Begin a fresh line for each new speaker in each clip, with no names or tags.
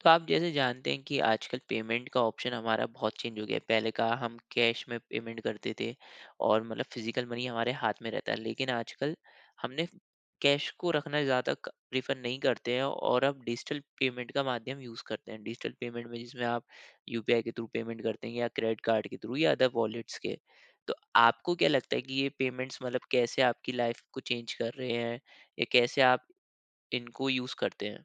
तो आप जैसे जानते हैं कि आजकल पेमेंट का ऑप्शन हमारा बहुत चेंज हो गया है। पहले का हम कैश में पेमेंट करते थे और मतलब फिजिकल मनी हमारे हाथ में रहता है, लेकिन आजकल हमने कैश को रखना ज़्यादा प्रीफर नहीं करते हैं और अब डिजिटल पेमेंट का माध्यम यूज़ करते हैं। डिजिटल पेमेंट में जिसमें आप यूपीआई के थ्रू पेमेंट करते हैं या क्रेडिट कार्ड के थ्रू या अदर वॉलेट्स के। तो आपको क्या लगता है कि ये पेमेंट्स मतलब कैसे आपकी लाइफ को चेंज कर रहे हैं या कैसे आप इनको यूज़ करते हैं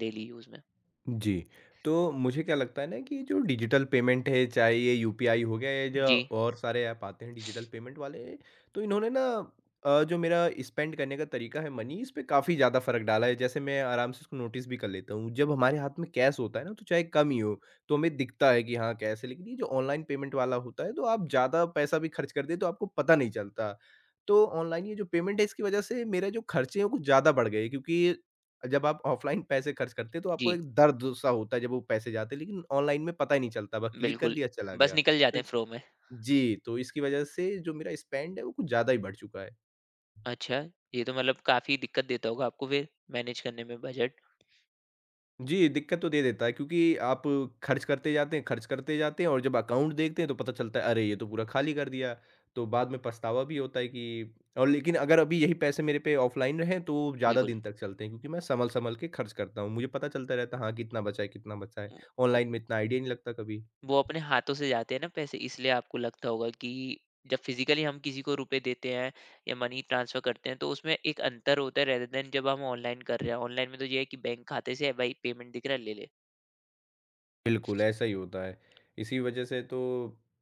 डेली यूज़ में?
जी, तो मुझे क्या लगता है ना कि जो डिजिटल पेमेंट है, चाहे ये यूपीआई हो गया या जो
जी।
और सारे ऐप आते हैं डिजिटल पेमेंट वाले, तो इन्होंने ना जो मेरा स्पेंड करने का तरीका है मनी, इस पे काफ़ी ज़्यादा फ़र्क डाला है। जैसे मैं आराम से इसको नोटिस भी कर लेता हूँ। जब हमारे हाथ में कैश होता है ना, तो चाहे कम ही हो, तो हमें दिखता है कि हाँ, कैश है। लेकिन ये जो ऑनलाइन पेमेंट वाला होता है, तो आप ज़्यादा पैसा भी खर्च कर दें, तो आपको पता नहीं चलता। तो ऑनलाइन ये जो पेमेंट है, इसकी वजह से मेरे जो खर्चे हैं, वो कुछ ज़्यादा बढ़ गए क्योंकि जब आप ऑफ़लाइन पैसे ख़र्च करते हैं, तो आपको
जी।
एक दर्द-सा होता है जब वो पैसे जाते हैं, लेकिन ऑनलाइन में पता ही नहीं चलता, बस क्लिक कर
बिल्कुल,
दिया चला
बस
गया।
निकल
तो
जाते हैं
इस
फ़्लो में।
जी, तो इसकी वज़ह से जो मेरा स्पेंड है, वो कुछ ज़्यादा ही बढ़ चुका है।
अच्छा, ये तो मतलब काफ़ी दिक्कत देता होगा आपको फिर मैनेज करने में बजट।
जी, दिक्कत तो दे देता है क्योंकि आप ख़र्च करते जाते हैं, ख़र्च करते जाते हैं और जब अकाउंट देखते हैं, तो पता चलता है, अरे! ये तो पूरा खाली कर दिया। तो बाद में पछतावा भी होता है कि और लेकिन अगर अभी यही पैसे मेरे पे ऑफ़लाइन रहें, तो ज़्यादा
बिल्कुल।
दिन तक चलते हैं क्योंकि मैं सँभल-सँभल के ख़र्च करता हूँ। मुझे पता चलता रहता है, हाँ, कितना बचा है, कितना बचा है।
वो वो
ऑनलाइन में इतना आइडिया नहीं लगता कभी।
वो अपने हाथों से जाते हैं ना पैसे, इसलिए आपको लगता होगा कि जब फ़िज़िकली हम किसी को रुपए देते हैं या मनी ट्रांसफ़र करते हैं तो उसमें एक अंतर होता है रेदर दैन जब हम ऑनलाइन कर रहे हैं। ऑनलाइन में तो ये है कि बैंक खाते से भाई पेमेंट दिख रहा है, ले ले।
बिल्कुल, ऐसा ही होता है। इसी वजह से तो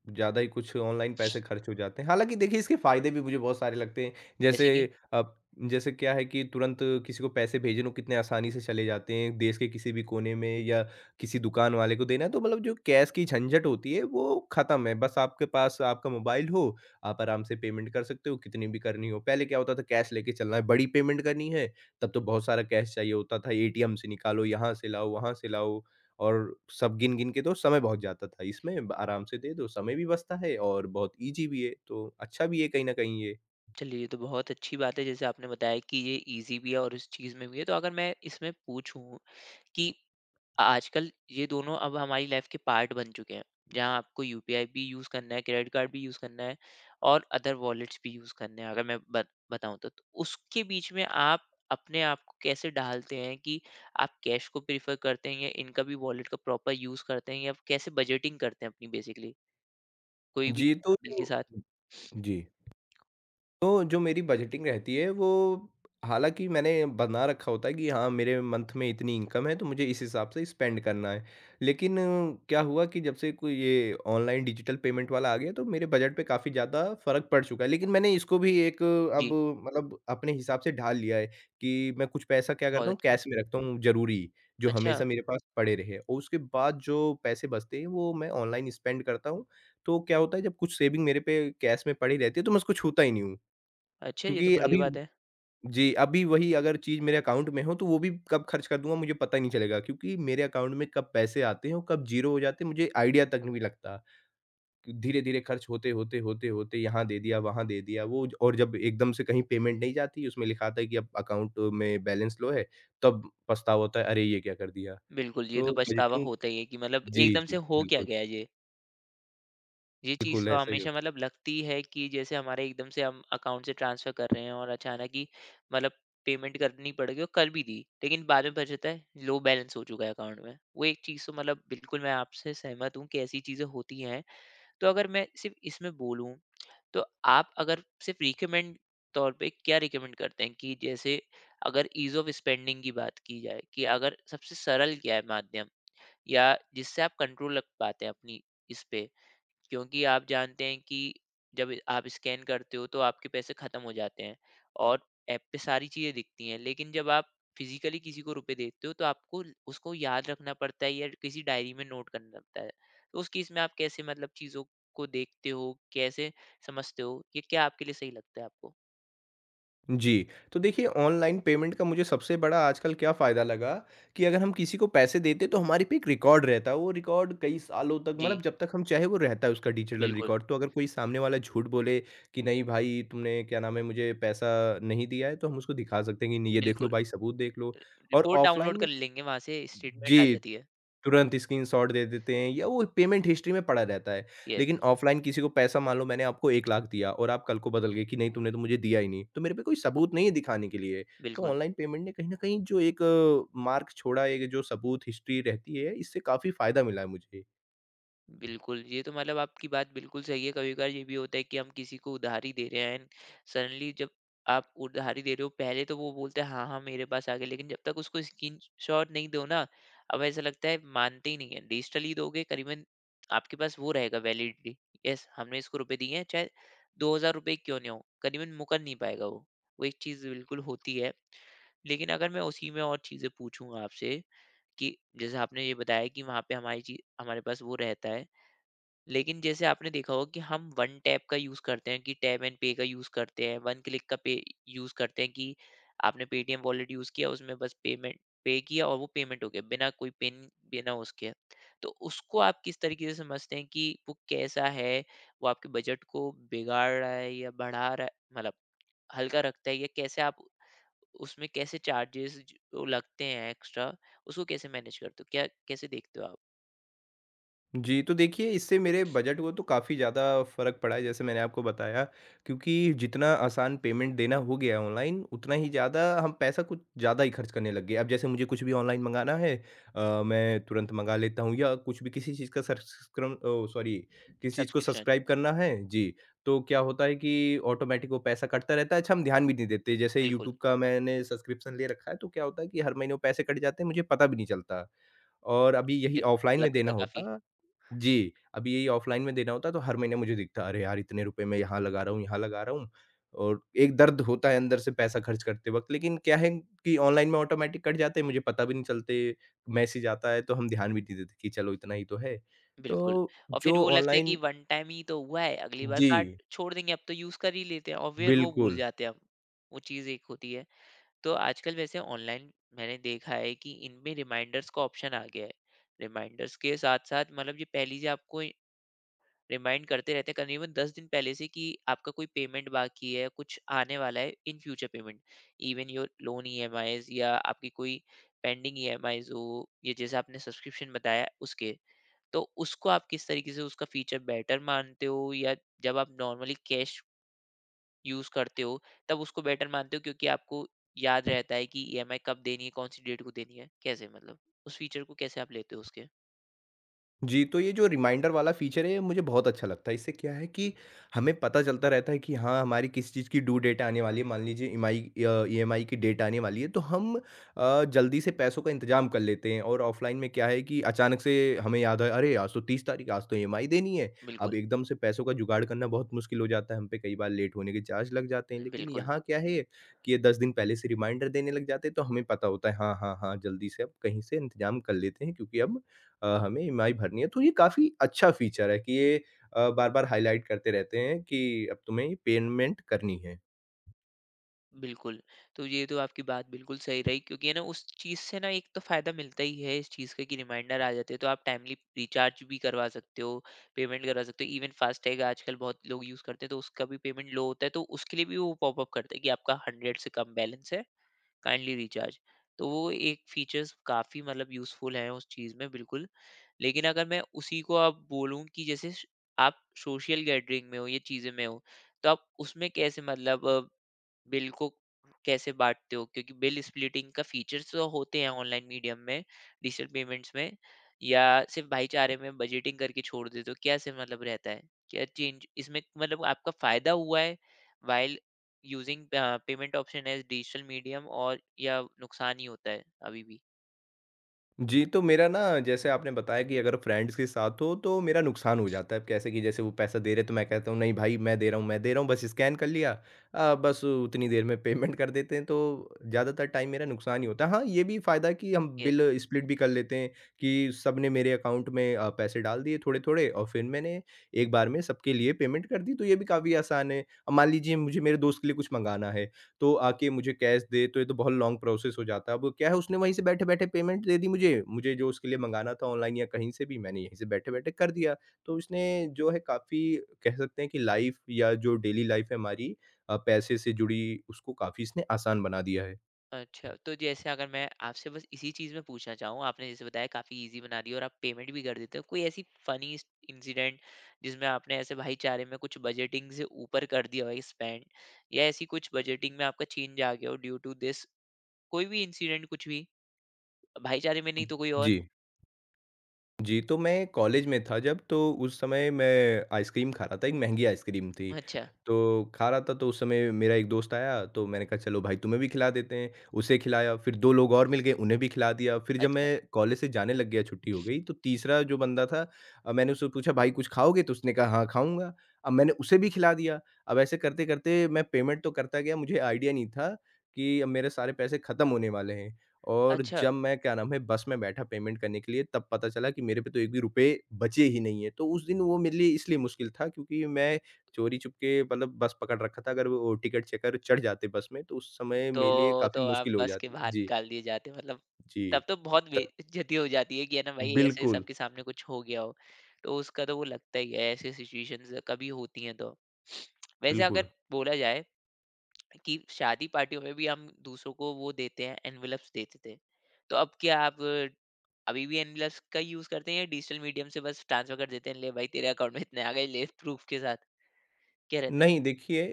ज़्यादा ही कुछ ऑनलाइन पैसे खर्च हो जाते हैं। हालाँकि देखिए इसके फ़ायदे भी मुझे बहुत सारे लगते हैं। जैसे
जैसे कि
अब जैसे क्या है कि तुरंत किसी को पैसे भेजने हो कितने आसानी से चले जाते हैं, देश के किसी भी कोने में या किसी दुकान वाले को देना है तो मतलब जो कैश की झंझट होती है वो ख़त्म है। बस आपके पास आपका मोबाइल हो, आप आराम से पेमेंट कर सकते हो कितनी भी करनी हो। पहले क्या होता था कैश लेके चलना है, बड़ी पेमेंट करनी है तब तो बहुत सारा कैश चाहिए होता था, एटीएम से निकालो, यहाँ से लाओ, वहाँ से लाओ। और सब गिन-गिन के तो समय बहुत जाता था इसमें, ब आराम से दे दो, समय भी बचता है और बहुत ईज़ी भी है, तो अच्छा भी है कहीं न कहीं ये।
चलिए ये तो बहुत अच्छी बात है, जैसे आपने बताया कि ये ईज़ी भी है और इस चीज़ में भी है। तो अगर मैं इसमें पूछूँ कि आजकल ये दोनों अब हमारी लाइफ के पार्ट बन चुके हैं, जहाँ आपको यूपीआई भी यूज़ करना है, क्रेडिट कार्ड भी यूज़ करना है और अदर वॉलेट्स भी यूज़ करने हैं। अगर मैं बताऊँ तो, उसके बीच में आप अपने आप को कैसे ढालते हैं कि आप कैश को प्रीफर करते हैं या इनका भी वॉलेट का प्रॉपर यूज़ करते हैं, या आप कैसे बजटिंग करते हैं अपनी बेसिकली कोई भी
जी,
बिल के साथ?
जी। तो जो मेरी बजटिंग रहती है वो हालाँकि मैंने बना रखा होता है कि हाँ, मेरे मंथ में इतनी इनकम है तो मुझे इस हिसाब से स्पेंड करना है। लेकिन क्या हुआ कि जब से कोई ये ऑनलाइन डिजिटल पेमेंट वाला आ गया तो मेरे बजट पे काफ़ी ज़्यादा फ़र्क पड़ चुका है। लेकिन मैंने इसको भी एक अब
जी।
मतलब अपने हिसाब से ढाल लिया है कि मैं कुछ पैसा क्या
बहुत
करता हूँ
अच्छी।
कैश में रखता हूँ ज़रूरी, जो
अच्छा।
हमेशा मेरे पास पड़े रहे। और उसके बाद जो पैसे बचते हैं वो मैं ऑनलाइन स्पेंड करता हूँ। तो क्या होता है जब कुछ सेविंग मेरे पे कैश में पड़ी रहती है तो मैं उसको छूता ही नहीं हूँ।
अच्छा, ये तो
क्योंकि
बढ़िया
अभी
बात है।
जी, अभी वही अगर चीज़ मेरे अकाउंट में हो, तो वो भी कब खर्च कर दूँगा मुझे पता ही नहीं चलेगा क्योंकि मेरे अकाउंट में कब पैसे आते हैं और कब ज़ीरो हो जाते हैं, मुझे आइडिया तक नहीं लगता। धीरे-धीरे खर्च होते, होते, होते, होते यहाँ दे दिया, वहाँ दे दिया, वो और जब एकदम से कहीं पेमेंट नहीं जाती, उसमें लिखा आता है कि अब अकाउंट में बैलेंस लो है, तब पछतावा होता है, अरे! ये क्या कर दिया?
बिल्कुल, ये
तो
तो पछतावा
बजटिंग
होता ही है कि मतलब
जी,
एकदम
जी,
से हो क्या
बिल्कुल।
गया ये। ये चीज़
बिल्कुल,
तो
ऐसा ही
हमेशा
होता है।
मतलब लगती है कि जैसे हमारे एकदम से हम अकाउंट से ट्रांसफ़र कर रहे हैं और अचानक ही मतलब पेमेंट करनी पड़ गई और कर भी दी। लेकिन बाद में पता चलता है लो बैलेंस हो चुका है अकाउंट में। वो एक चीज़ तो मतलब बिल्कुल मैं आपसे सहमत हूँ कि ऐसी चीज़ें होती हैं। तो अगर मैं सिर्फ़ इसमें बोलूँ, तो आप अगर सिर्फ़ रिकमेंड तौर पे क्या रिकमेंड करते हैं कि जैसे अगर ईज़ ऑफ स्पेंडिंग की बात की जाए कि अगर सबसे सरल क्या है माध्यम या जिससे आप कंट्रोल रख पाते हैं अपनी इस पे? क्योंकि आप जानते हैं कि जब आप स्कैन करते हो तो आपके पैसे खत्म हो जाते हैं और ऐप पे सारी चीजें दिखती हैं, लेकिन जब आप फिजिकली किसी को रुपए देते हो तो आपको उसको याद रखना पड़ता है या किसी डायरी में नोट करना पड़ता है। तो उस केस में आप कैसे मतलब चीजों को देखते हो, कैसे समझते हो, ये क्या आपके लिए सही लगता है आपको?
जी, तो देखिए ऑनलाइन पेमेंट का मुझे सबसे बड़ा आजकल क्या फ़ायदा लगा कि अगर हम किसी को पैसे देते तो हमारे पे एक रिकॉर्ड रहता है, वो रिकॉर्ड कई सालों तक
जी।
मतलब जब तक हम चाहे वो रहता है उसका डिजिटल
बिल्कुल।
रिकॉर्ड। तो अगर कोई सामने वाला झूठ बोले कि नहीं भाई तुमने क्या नाम है मुझे पैसा नहीं दिया है, तो हम उसको दिखा सकते हैं कि नहीं ये देख लो
बिल्कुल,
भाई सबूत देख लो और
रिपोर्ट
ऑफ़लाइन
डाउनलोड कर
में
लेंगे, वहां से स्टेटमेंट आ
जी।
जाती है।
तुरंत स्क्रीनशॉट दे देते हैं या वो पेमेंट हिस्ट्री में पड़ा रहता है।
यस।
लेकिन ऑफ़लाइन किसी को पैसा मान लो मैंने आपको 1,00,000 दिया और आप कल को बदल गए कि नहीं तुमने तो मुझे दिया ही नहीं, तो मेरे पे कोई सबूत नहीं है दिखाने के लिए। तो
बिल्कुल।
ऑनलाइन पेमेंट ने कहीं न कहीं जो एक मार्क छोड़ा है, जो सबूत हिस्ट्री रहती है इससे काफ़ी फ़ायदा मिला है मुझे।
बिल्कुल, ये तो मतलब आपकी बात बिल्कुल सही है। कभी-कभार ये भी होता है कि हम किसी को उधारी दे रहे हैं एंड सडनली जब आप उधारी दे रहे हो, पहले तो वो बोलता है, "हाँ, हाँ, मेरे पास आ गया।" लेकिन जब तक उसको स्क्रीनशॉट नहीं दो ना, अब ऐसा लगता है मानते ही नहीं हैं। डिजिटली दोगे करीबन आपके पास वो रहेगा वैलिडिटी, "यस, हमने इसको रुपए दिए हैं, चाहे ₹2000 क्यों नहीं हों।" करीबन मुकर नहीं पाएगा वो। वो एक चीज़ बिल्कुल होती है। लेकिन अगर मैं उसी में और चीज़ें पूछूँ आपसे कि जैसे आपने ये बताया कि वहाँ पे हमारी ची हमारे पास वो रहता है, लेकिन जैसे आपने देखा होगा कि हम वन टैप का यूज़ करते हैं कि टैप एंड पे का यूज़ करते हैं, वन क्लिक का पे यूज़ करते हैं कि आपने पेटीएम वॉलेट यूज़ किया, उसमें बस पेमेंट पे किया और वो पेमेंट हो गया, बिना कोई पिन, बिना उसके। तो उसको आप किस तरीके से समझते हैं कि वो कैसा है? वो आपके बजट को बिगाड़ रहा है या बढ़ा रहा है, मतलब हल्का रखता है, या कैसे आप उसमें कैसे चार्जेज़ जो लगते हैं एक्स्ट्रा, उसको कैसे मैनेज करते हो? क्या कैसे देखते हो आप?
जी, तो देखिए इससे मेरे बजट को तो काफ़ी ज़्यादा फ़र्क पड़ा है जैसे मैंने आपको बताया क्योंकि जितना आसान पेमेंट देना हो गया है ऑनलाइन उतना ही ज़्यादा हम पैसा कुछ ज़्यादा ही खर्च करने लग गए। अब जैसे मुझे कुछ भी ऑनलाइन मँगाना है मैं तुरंत मँगा लेता हूँ या कुछ भी किसी चीज़ का सब्सक्रम ओह सॉरी किसी चीज़ को
सब्सक्रिप्शन।
सब्सक्राइब करना है जी, तो क्या होता है कि ऑटोमैटिक वो पैसा कटता रहता है। अच्छा हम ध्यान भी नहीं देते जैसे
बिल्कुल,
यूट्यूब का मैंने सब्सक्रिप्शन ले रखा है तो क्या होता है कि हर महीने वो पैसे कट जाते हैं मुझे पता भी नहीं चलता। और अभी
ये
यही ऑफ़लाइन
गलत
में
होता
देना
है काफ़ी।
होता जी, अभी यही ऑफ़लाइन में देना होता तो हर महीने मुझे दिखता, अरे यार! इतने रुपए मैं यहाँ लगा रहा हूँ, यहाँ लगा रहा हूँ और एक दर्द होता है अंदर से पैसा खर्च करते वक़्त। लेकिन क्या है कि ऑनलाइन में ऑटोमैटिक कट जाते हैं, मुझे पता भी नहीं चलते, मैसेज आता है तो हम ध्यान भी नहीं देते कि चलो इतना ही तो है।
बिल्कुल,
तो
और फिर
जो
वो लगता है कि
ऑनलाइन
वन टाइम ही तो हुआ है, अगली बार कार्ड
जी,
छोड़ देंगे, अब तो यूज़ कर ही लेते हैं और फिर वो भूल
बिल्कुल।
जाते हैं हम। वो चीज़ एक होती है। तो आजकल वैसे ऑनलाइन मैंने देखा है कि इनमें रिमाइंडर्स का ऑप्शन आ गया है। रिमाइंडर्स के साथ-साथ मतलब ये पहले से आपको रिमाइंड करते रहते हैं करीबन 10 दिन पहले से कि आपका कोई पेमेंट बाकी है, कुछ आने वाला है in future payment. Even your loan EMIs या आपकी कोई पेंडिंग ईएमआईज़ हो, ये जैसे आपने सब्सक्रिप्शन बताया उसके। तो उसको आप किस तरीके से उसका फीचर बेटर मानते हो या जब आप नॉर्मली कैश यूज करते हो तब उसको बेटर मानते हो, क्योंकि आपको याद रहता है कि ईएमआई कब देनी है, कौन सी डेट को देनी है, कैसे मतलब उस फीचर को कैसे आप लेते हो उसके?
जी, तो ये जो रिमाइंडर वाला फ़ीचर है, ये मुझे बहुत अच्छा लगता है। इससे क्या है कि हमें पता चलता रहता है कि हाँ, हमारी किस चीज़ की ड्यू डेट आने वाली है। मान लीजिए ईएमआई की डेट आने वाली है, तो हम जल्दी से पैसों का इंतज़ाम कर लेते हैं और ऑफ़लाइन में क्या है कि अचानक से हमें याद आया, "अरे! आज तो 30 तारीख़, आज तो ईएमआई देनी है।" अब
बिल्कुल।
एकदम से पैसों का जुगाड़ करना बहुत मुश्किल हो जाता है। हम पे कई बार लेट होने के चार्ज लग जाते हैं। लेकिन
बिल्कुल।
यहाँ क्या है कि ये 10 दिन पहले से रिमाइंडर देने लग जाते हैं, तो हमें पता होता है, "हाँ, हाँ, हाँ, जल्दी से अब कहीं से इंतज़ाम कर लेते हैं क्योंकि अब हमें ईएमआई भरनी है। तो ये काफ़ी अच्छा फीचर है कि ये बार-बार हाइलाइट करते रहते हैं कि अब तुम्हें ये पेमेंट करनी है।
बिल्कुल, तो ये तो आपकी बात बिल्कुल सही रही क्योंकि है ना उस चीज़ से ना एक तो फ़ायदा मिलता ही है इस चीज़ का कि रिमाइंडर आ जाते हैं, तो आप टाइमली रिचार्ज भी करवा सकते हो, पेमेंट करवा सकते हो, इवन फ़ास्टैग आजकल बहुत लोग यूज़ करते हैं, तो उसका भी पेमेंट लो होता है, तो उसके लिए भी वो पॉपअप करता है कि आपका 100 से कम बैलेंस है, काइंडली रिचार्ज। तो वो एक फ़ीचर्स काफ़ी मतलब यूज़फुल है उस चीज़ में बिल्कुल। लेकिन अगर मैं उसी को अब बोलूँ कि जैसे श आप सोशल गैदरिंग में हो, ये चीज़ें में हो, तो आप उसमें कैसे मतलब बिल को कैसे बाँटते हो? क्योंकि बिल स्प्लिटिंग का फीचर्स तो होते हैं ऑनलाइन मीडियम में, डिजिटल पेमेंट्स में, या सिर्फ़ भाईचारे में बजटिंग करके छोड़ देते हो? क्या से मतलब रहता है? क्या चेंज इसमें मतलब आपका फ़ायदा हुआ है while using payment option as digital medium, और या नुकसान ही होता है अभी भी?
जी, तो मेरा ना जैसे आपने बताया कि अगर फ्रेंड्स के साथ हो तो मेरा नुकसान हो जाता है। अब कैसे कि जैसे वो पैसा दे रहे हैं तो मैं कहता हूँ नहीं भाई मैं दे रहा हूँ मैं दे रहा हूँ बस स्कैन कर लिया बस उतनी देर में पेमेंट कर देते हैं तो ज़्यादातर टाइम मेरा नुकसान ही होता है। हाँ, ये भी फ़ायदा है कि हम
यस।
बिल स्प्लिट भी कर लेते हैं कि सबने मेरे अकाउंट में पैसे डाल दिए थोड़े-थोड़े और फिर मैंने एक बार में सबके लिए पेमेंट कर दी तो ये भी काफ़ी आसान है। अब मान लीजिए मुझे मेरे दोस्त के लिए कुछ मँगाना है तो आके मुझे कैश दे, तो ये तो बहुत लॉन्ग प्रोसेस हो जाता है। अब क्या है उसने वहीं से बैठे-बैठे पेमेंट दे दी मुझे, मुझे जो उसके लिए मँगाना था ऑनलाइन या कहीं से भी मैंने यहीं से बैठे-बैठे कर दिया। तो इसने जो है काफ़ी कह सकते हैं कि लाइफ़ या जो डेली लाइफ़ है हमारी पैसे से जुड़ी उसको काफ़ी इसने आसान बना दिया है।
अच्छा, तो जैसे अगर मैं आपसे बस इसी चीज़ में पूछना चाहूँ, आपने जैसे बताया काफ़ी ईज़ी बना दिया और आप पेमेंट भी कर देते हो। कोई ऐसी फ़नी स इंसिडेंट जिसमें आपने ऐसे भाईचारे में कुछ बजटिंग से ऊपर कर दिया हो स्पेंड, या ऐसी कुछ बजटिंग में आपका चेंज आ गया हो ड्यू टू दिस? कोई भी इंसिडेंट कुछ भी? भाईचारे में नहीं तो कोई और?
जी। जी, तो मैं कॉलेज में था जब तो उस समय मैं आइसक्रीम खा रहा था, एक महँगी आइसक्रीम थी।
अच्छा।
तो खा रहा था तो उस समय मेरा एक दोस्त आया तो मैंने कहा चलो भाई तुम्हें भी खिला देते हैं, उसे खिलाया फिर 2 लोग और मिल गए उन्हें भी खिला दिया। फिर जब मैं
अच्छा।
कॉलेज से जाने लग गया छुट्टी हो गई तो तीसरा जो बंदा था मैंने उससे पूछा भाई कुछ खाओगे? तो उसने कहा हाँ, खाऊँगा। अब मैंने उसे भी खिला दिया। अब ऐसे करते-करते मैं पेमेंट तो करता गया मुझे आइडिया नहीं था कि अब मेरे सारे पैसे खत्म होने वाले हैं। और
अच्छा।
जब मैं क्या नाम है बस में बैठा पेमेंट करने के लिए तब पता चला कि मेरे पे तो 1 भी रुपए बचे ही नहीं है। तो उस दिन वो मेरे लिए इसलिए मुश्किल था क्योंकि मैं चोरी-चुपके मतलब बस पकड़ रखा था अगर वो टिकट चेकर चढ़ जाते बस में तो उस समय मेरे लिए
तो
काफ़ी
आप
मुश्किल हो
बस के
जाती।
बाहर
जी,
निकाल दिए जाते हो मतलब?
जी।
तब तो बहुत
त
बेइज्जती हो जाती है कि है ना भाई ऐसे
बिल्कुल,
सबके सामने कुछ हो गया हो। तो उसका तो वो लगता ही है ऐसी सिचुएशंस कभी होती हैं तो। वैसे
बिल्कुल।
अगर बोला जाए कि शादी पार्टियों में भी हम दूसरों को वो देते हैं एनवेलप्स देते थे। तो अब क्या आप अभी भी एनवेलप्स का यूज़ करते हैं या डिजिटल मीडियम से बस ट्रांसफर कर देते हैं, ले भाई तेरे अकाउंट में इतने आ गए ले प्रूफ के साथ? क्या रहता है?
नहीं देखिए,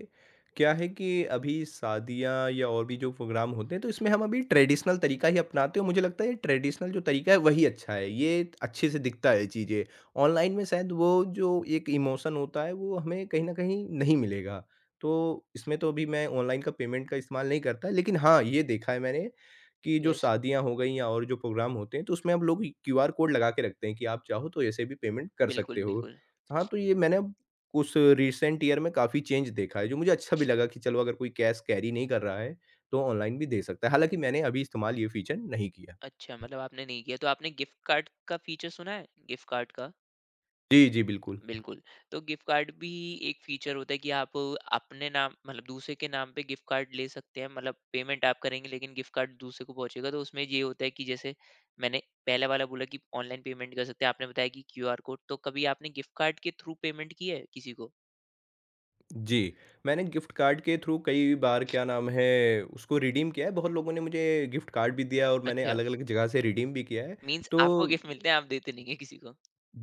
क्या है कि अभी शादियाँ या और भी जो प्रोग्राम होते हैं तो इसमें हम अभी ट्रेडिशनल तरीका ही अपनाते हैं और मुझे लगता है ट्रेडिशनल जो तरीका है वही अच्छा है। ये अच्छे से दिखता है चीज़ें। ऑनलाइन में शायद वो जो एक इमोशन होता है वो हमें कहीं न कहीं नहीं मिलेगा। तो इसमें तो अभी मैं ऑनलाइन का पेमेंट का इस्तेमाल नहीं करता लेकिन हाँ, ये देखा है मैंने कि जो
यस,
शादियाँ हो गई या और जो प्रोग्राम होते हैं तो उसमें अब लोग क्यूआर कोड लगा के रखते हैं कि आप चाहो तो ऐसे भी पेमेंट कर
बिल्कुल,
सकते हो।
बिल्कुल।
हाँ, तो ये मैंने उस रिसेंट ईयर में काफ़ी चेंज देखा है, जो मुझे अच्छा भी लगा कि चलो अगर कोई कैश कैरी नहीं कर रहा है, तो ऑनलाइन भी दे सकता है। हालाँकि मैंने अभी इस्तेमाल ये फीचर नहीं किया।
अच्छा, मतलब आपने नहीं किया। तो आपने गिफ्ट कार्ड का फीचर सुना है? गिफ्ट कार्ड का?
जी, जी, बिल्कुल।
बिल्कुल। तो गिफ्ट कार्ड भी एक फीचर होता है कि आप अपने नाम मतलब दूसरे के नाम पे गिफ्ट कार्ड ले सकते हैं। मतलब पेमेंट आप करेंगे लेकिन गिफ्ट कार्ड दूसरे को पहुँचेगा। तो उसमें ये होता है कि जैसे मैंने पहला वाला बोला कि ऑनलाइन पेमेंट कर सकते हैं, आपने बताया कि क्यूआर कोड। तो कभी आपने गिफ्ट कार्ड के थ्रू पेमेंट की है किसी को?
जी, मैंने गिफ्ट कार्ड के थ्रू कई बार क्या नाम है उसको रिडीम किया है। बहुत लोगों ने मुझे गिफ्ट कार्ड भी दिया है और मैंने
अच्छा,
अलग-अलग जगह से रिडीम भी किया है।
मीन्स
तो
आपको गिफ्ट मिलते हैं, आप देते नहीं है किसी को।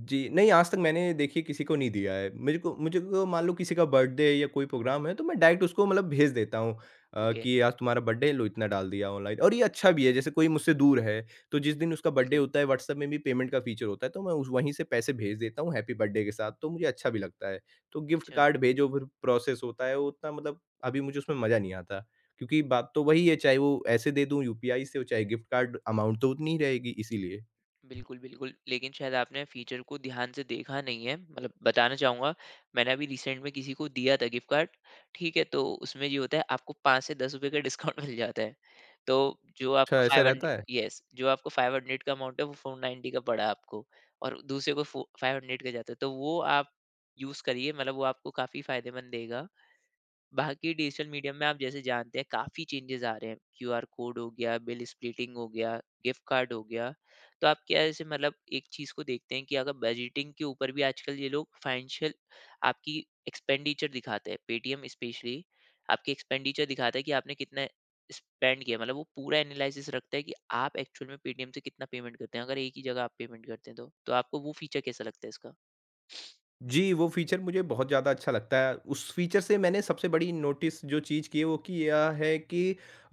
जी, नहीं आज तक मैंने देखिए किसी को नहीं दिया है। मेरे को मुझे को मान लो किसी का बर्थडे है या कोई प्रोग्राम है तो मैं डायरेक्ट उसको मतलब भेज देता हूँ
ओके।
कि आज तुम्हारा बर्थडे है लो इतना डाल दिया ऑनलाइन और ये अच्छा भी है जैसे कोई मुझसे दूर है, तो जिस दिन उसका बर्थडे
बिल्कुल।
होता है व्हाट्सएप में भी पेमेंट का फीचर होता है तो मैं उस वहीं से पैसे भेज देता हूँ हैप्पी बर्थडे के साथ तो मुझे अच्छा भी लगता है। तो गिफ्ट
अच्छा।
कार्ड भेजो फिर प्रोसेस होता है वो उतना मतलब अभी मुझे उसमें मज़ा नहीं आता। क्योंकि बात तो वही है चाहे वो ऐसे दे दूँ यूपीआई से हो चाहे गिफ्ट कार्ड अमाउंट तो उतनी ही रहेगी इसीलिए।
बिल्कुल, बिल्कुल। लेकिन शायद आपने फ़ीचर को ध्यान से देखा नहीं है। मतलब बताना चाहूँगा, मैंने अभी रिसेंट में किसी को दिया था गिफ्ट कार्ड, ठीक है? तो उसमें ये होता है आपको 5 से ₹10 का डिस्काउंट मिल जाता है। तो जो आपका
अच्छा ऐसा रहता
500,
है?
येस, जो आपको 500 का अमाउंट है, वो 490 का पड़ा आपको और दूसरे को फो 500 का जाता है। तो वो आप यूज़ करिए, मतलब वो आपको काफ़ी फ़ायदेमंद देगा। बाकी डिजिटल मीडिया में आप जैसे जानते हैं काफ़ी चेंजेस आ रहे हैं, क्यूआर कोड हो गया, बिल स्प्लिटिंग हो गया, गिफ्ट कार्ड हो गया। तो आप क्या ऐसे मतलब एक चीज़ को देखते हैं कि अगर बजटिंग के ऊपर भी आजकल ये लोग फाइनेंशियल आपकी एक्सपेंडिचर दिखाते हैं, पेटीएम स्पेशली आपकी एक्सपेंडिचर दिखाता है कि आपने कितना स्पेंड किया, मतलब वो पूरा एनालिसिस रखता है कि आप एक्चुअल में पेटीएम से कितना पेमेंट करते हैं, अगर एक ही जगह आप पेमेंट करते हैं तो। तो आपको वो फीचर कैसा लगता है इसका?
जी, वो फ़ीचर मुझे बहुत ज़्यादा अच्छा लगता है। उस फ़ीचर से मैंने सबसे बड़ी नोटिस जो चीज़ की है, वो कि यह है कि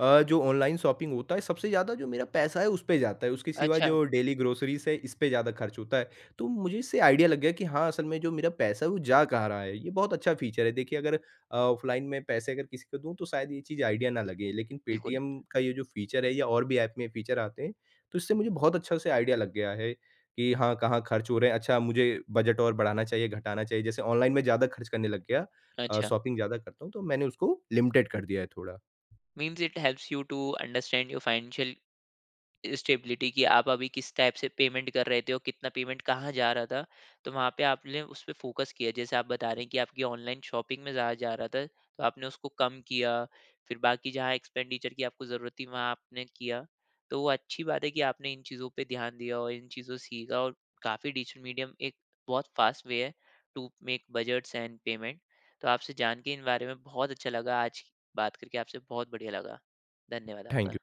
जो ऑनलाइन शॉपिंग होता है, सबसे ज़्यादा जो मेरा पैसा है, उस पे जाता है। उसके सिवा
अच्छा।
जो डेली ग्रोसरीज़ है, इस पे ज़्यादा खर्च होता है। तो मुझे इससे आइडिया लग गया कि हाँ, असल में जो मेरा पैसा है, वो जा कहाँ रहा है। ये बहुत अच्छा फ़ीचर है। देखिए, अगर ऑफ़लाइन में पैसे अगर किसी को दूँ, तो शायद ये चीज़ आइडिया ना लगे। लेकिन
बिल्कुल,
पेटीएम का ये जो फ़ीचर है या और भी ऐप में फ़ीचर आते हैं, तो इससे मुझे बहुत अच्छा से आइडिया लग गया है। कि हाँ, कहाँ खर्च हो रहे हैं। अच्छा मुझे बजट और बढ़ाना चाहिए, घटाना चाहिए। जैसे ऑनलाइन में ज़्यादा खर्च करने लग गया
अच्छा।
शॉपिंग ज़्यादा करता हूँ, तो मैंने उसको लिमिटेड कर दिया है थोड़ा।
Means it helps you to understand your financial stability कि आप अभी किस टाइप से पेमेंट कर रहे थे और कितना पेमेंट कहाँ जा रहा था। तो वहाँ पे आपने उस पे फ़ोकस किया। जैसे आप बता रहे हैं कि आपकी ऑनलाइन शॉपिंग में ज़्यादा जा रहा था, तो आपने उसको कम किया। फिर बाकी जहाँ एक्सपेंडिचर की आपको ज़रूरत थी, वहाँ आपने किया। तो वो अच्छी बात है कि आपने इन चीज़ों पे ध्यान दिया और इन चीज़ों सीखा, और काफ़ी डिजिटल मीडियम एक बहुत फास्ट वे है to make budgets and payment. तो आपसे जान के इन बारे में बहुत अच्छा लगा। आज बात करके आपसे बहुत बढ़िया लगा। धन्यवाद
थैंक
आपका।
यू।